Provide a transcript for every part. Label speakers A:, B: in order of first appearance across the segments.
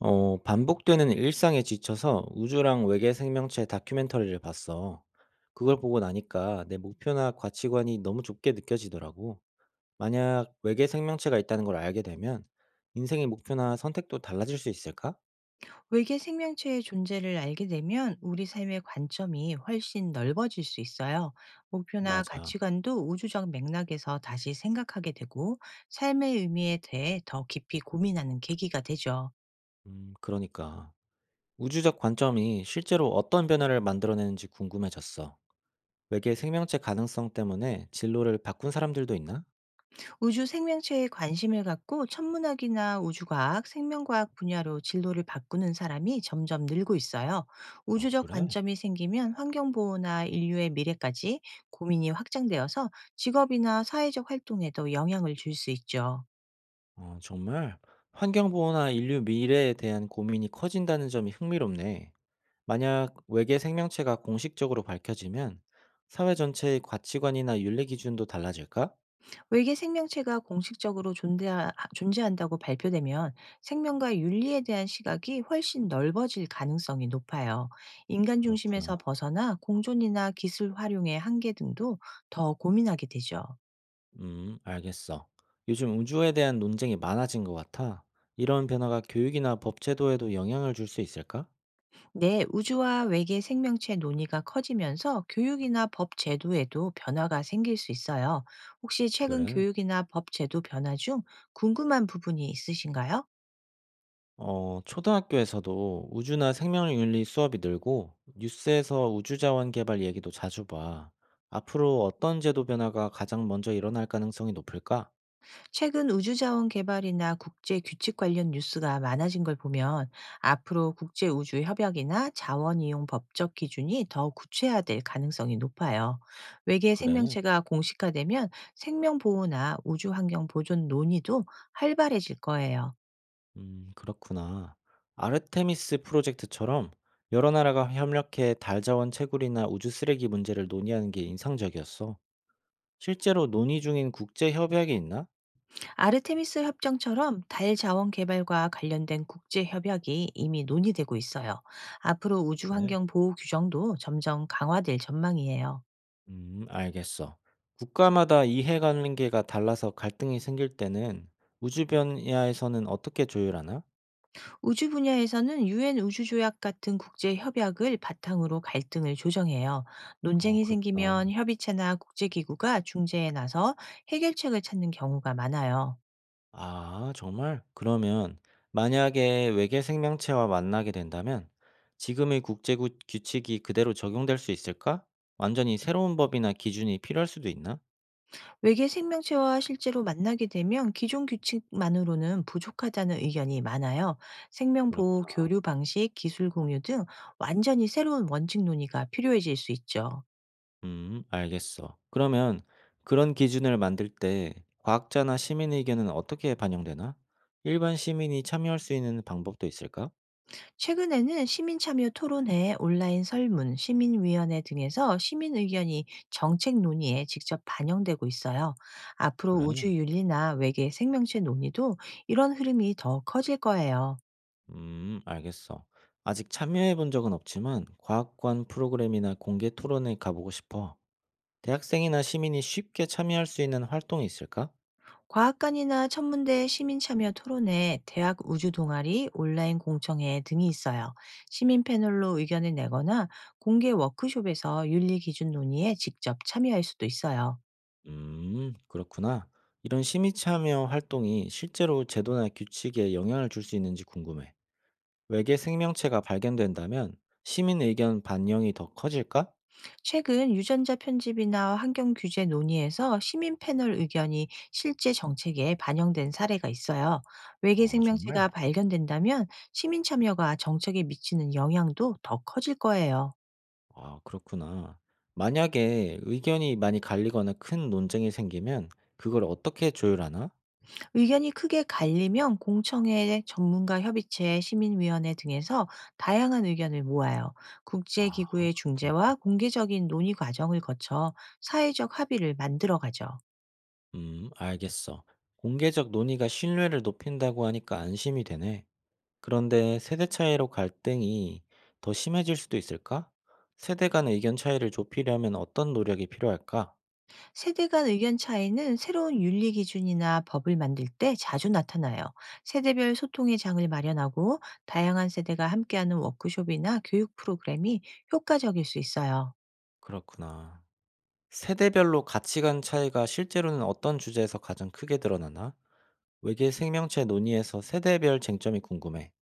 A: 반복되는 일상에 지쳐서 우주랑 외계 생명체 다큐멘터리를 봤어. 그걸 보고 나니까 내 목표나 가치관이 너무 좁게 느껴지더라고. 만약 외계 생명체가 있다는 걸 알게 되면 인생의 목표나 선택도 달라질 수 있을까?
B: 외계 생명체의 존재를 알게 되면 우리 삶의 관점이 훨씬 넓어질 수 있어요. 목표나
A: 맞아.
B: 가치관도 우주적 맥락에서 다시 생각하게 되고, 삶의 의미에 대해 더 깊이 고민하는 계기가 되죠.
A: 그러니까. 우주적 관점이 실제로 어떤 변화를 만들어내는지 궁금해졌어. 외계 생명체 가능성 때문에 진로를 바꾼 사람들도 있나?
B: 우주 생명체에 관심을 갖고 천문학이나 우주과학, 생명과학 분야로 진로를 바꾸는 사람이 점점 늘고 있어요.
A: 아,
B: 우주적
A: 그래?
B: 관점이 생기면 환경보호나 인류의 미래까지 고민이 확장되어서 직업이나 사회적 활동에도 영향을 줄 수 있죠.
A: 아, 정말 환경보호나 인류 미래에 대한 고민이 커진다는 점이 흥미롭네. 만약 외계 생명체가 공식적으로 밝혀지면 사회 전체의 가치관이나 윤리 기준도 달라질까?
B: 외계 생명체가 공식적으로 존재한다고 발표되면 생명과 윤리에 대한 시각이 훨씬 넓어질 가능성이 높아요. 인간
A: 그렇구나.
B: 중심에서 벗어나 공존이나 기술 활용의 한계 등도 더 고민하게 되죠.
A: 알겠어. 요즘 우주에 대한 논쟁이 많아진 것 같아. 이런 변화가 교육이나 법 제도에도 영향을 줄 수 있을까?
B: 네, 우주와 외계 생명체 논의가 커지면서 교육이나 법 제도에도 변화가 생길 수 있어요. 혹시 최근
A: 그래.
B: 교육이나 법 제도 변화 중 궁금한 부분이 있으신가요?
A: 초등학교에서도 우주나 생명윤리 수업이 늘고 뉴스에서 우주자원 개발 얘기도 자주 봐. 앞으로 어떤 제도 변화가 가장 먼저 일어날 가능성이 높을까?
B: 최근 우주자원 개발이나 국제 규칙 관련 뉴스가 많아진 걸 보면, 앞으로 국제 우주 협약이나 자원 이용 법적 기준이 더 구체화될 가능성이 높아요. 외계
A: 그래.
B: 생명체가 공식화되면 생명 보호나 우주 환경 보존 논의도 활발해질 거예요.
A: 그렇구나. 아르테미스 프로젝트처럼 여러 나라가 협력해 달 자원 채굴이나 우주 쓰레기 문제를 논의하는 게 인상적이었어. 실제로 논의 중인 국제 협약이 있나?
B: 아르테미스 협정처럼 달 자원 개발과 관련된 국제 협약이 이미 논의되고 있어요. 앞으로 우주
A: 그래.
B: 환경 보호 규정도 점점 강화될 전망이에요.
A: 알겠어. 국가마다 이해관계가 달라서 갈등이 생길 때는 우주 분야에서는 어떻게 조율하나?
B: 우주 분야에서는 유엔 우주조약 같은 국제 협약을 바탕으로 갈등을 조정해요.
A: 아,
B: 논쟁이
A: 그렇구나.
B: 생기면 협의체나 국제기구가 중재에 나서 해결책을 찾는 경우가 많아요.
A: 아, 정말? 그러면 만약에 외계 생명체와 만나게 된다면 지금의 규칙이 그대로 적용될 수 있을까? 완전히 새로운 법이나 기준이 필요할 수도 있나?
B: 외계 생명체와 실제로 만나게 되면 기존 규칙만으로는 부족하다는 의견이 많아요. 생명보호
A: 그렇구나.
B: 교류 방식, 기술 공유 등 완전히 새로운 원칙 논의가 필요해질 수 있죠.
A: 알겠어. 그러면 그런 기준을 만들 때 과학자나 시민 의견은 어떻게 반영되나? 일반 시민이 참여할 수 있는 방법도 있을까?
B: 최근에는 시민참여 토론회, 온라인 설문, 시민위원회 등에서 시민 의견이 정책 논의에 직접 반영되고 있어요. 앞으로
A: 그래.
B: 우주윤리나 외계 생명체 논의도 이런 흐름이 더 커질 거예요.
A: 알겠어. 아직 참여해 본 적은 없지만 과학관 프로그램이나 공개 토론에 가보고 싶어. 대학생이나 시민이 쉽게 참여할 수 있는 활동이 있을까?
B: 과학관이나 천문대 시민참여 토론회, 대학 우주동아리, 온라인 공청회 등이 있어요. 시민 패널로 의견을 내거나 공개 워크숍에서 윤리 기준 논의에 직접 참여할 수도 있어요.
A: 그렇구나. 이런 시민 참여 활동이 실제로 제도나 규칙에 영향을 줄 수 있는지 궁금해. 외계 생명체가 발견된다면 시민 의견 반영이 더 커질까?
B: 최근 유전자 편집이나 환경 규제 논의에서 시민 패널 의견이 실제 정책에 반영된 사례가 있어요. 외계
A: 아, 정말?
B: 생명체가 발견된다면 시민 참여가 정책에 미치는 영향도 더 커질 거예요.
A: 아, 그렇구나. 만약에 의견이 많이 갈리거나 큰 논쟁이 생기면 그걸 어떻게 조율하나?
B: 의견이 크게 갈리면 공청회, 전문가 협의체, 시민위원회 등에서 다양한 의견을 모아요.
A: 아,
B: 국제기구의
A: 그렇구나.
B: 중재와 공개적인 논의 과정을 거쳐 사회적 합의를 만들어가죠.
A: 알겠어. 공개적 논의가 신뢰를 높인다고 하니까 안심이 되네. 그런데 세대 차이로 갈등이 더 심해질 수도 있을까? 세대 간 의견 차이를 좁히려면 어떤 노력이 필요할까?
B: 세대 간 의견 차이는 새로운 윤리 기준이나 법을 만들 때 자주 나타나요. 세대별 소통의 장을 마련하고, 다양한 세대가 함께하는 워크숍이나 교육 프로그램이 효과적일 수 있어요.
A: 그렇구나. 세대별로 가치관 차이가 실제로는 어떤 주제에서 가장 크게 드러나나? 외계 생명체 논의에서 세대별 쟁점이 궁금해.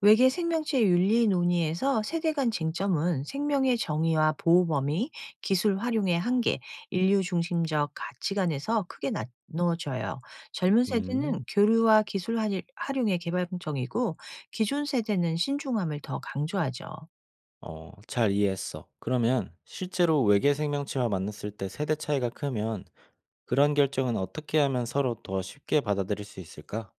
B: 외계 생명체 윤리 논의에서 세대 간 쟁점은 생명의 정의와 보호 범위, 기술 활용의 한계, 인류 중심적 가치관에서 크게 나눠져요. 젊은 세대는
A: 음.
B: 교류와 기술 활용에 개방적이고, 기존 세대는 신중함을 더 강조하죠.
A: 어, 잘 이해했어. 그러면 실제로 외계 생명체와 만났을 때 세대 차이가 크면 그런 결정은 어떻게 하면 서로 더 쉽게 받아들일 수 있을까?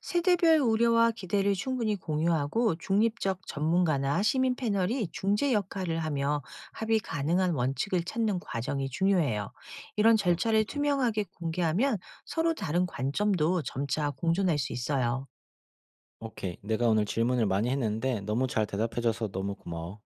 B: 세대별 우려와 기대를 충분히 공유하고, 중립적 전문가나 시민 패널이 중재 역할을 하며 합의 가능한 원칙을 찾는 과정이 중요해요. 이런 절차를
A: 그렇구나.
B: 투명하게 공개하면 서로 다른 관점도 점차 공존할 수 있어요.
A: 오케이. 내가 오늘 질문을 많이 했는데 너무 잘 대답해줘서 너무 고마워.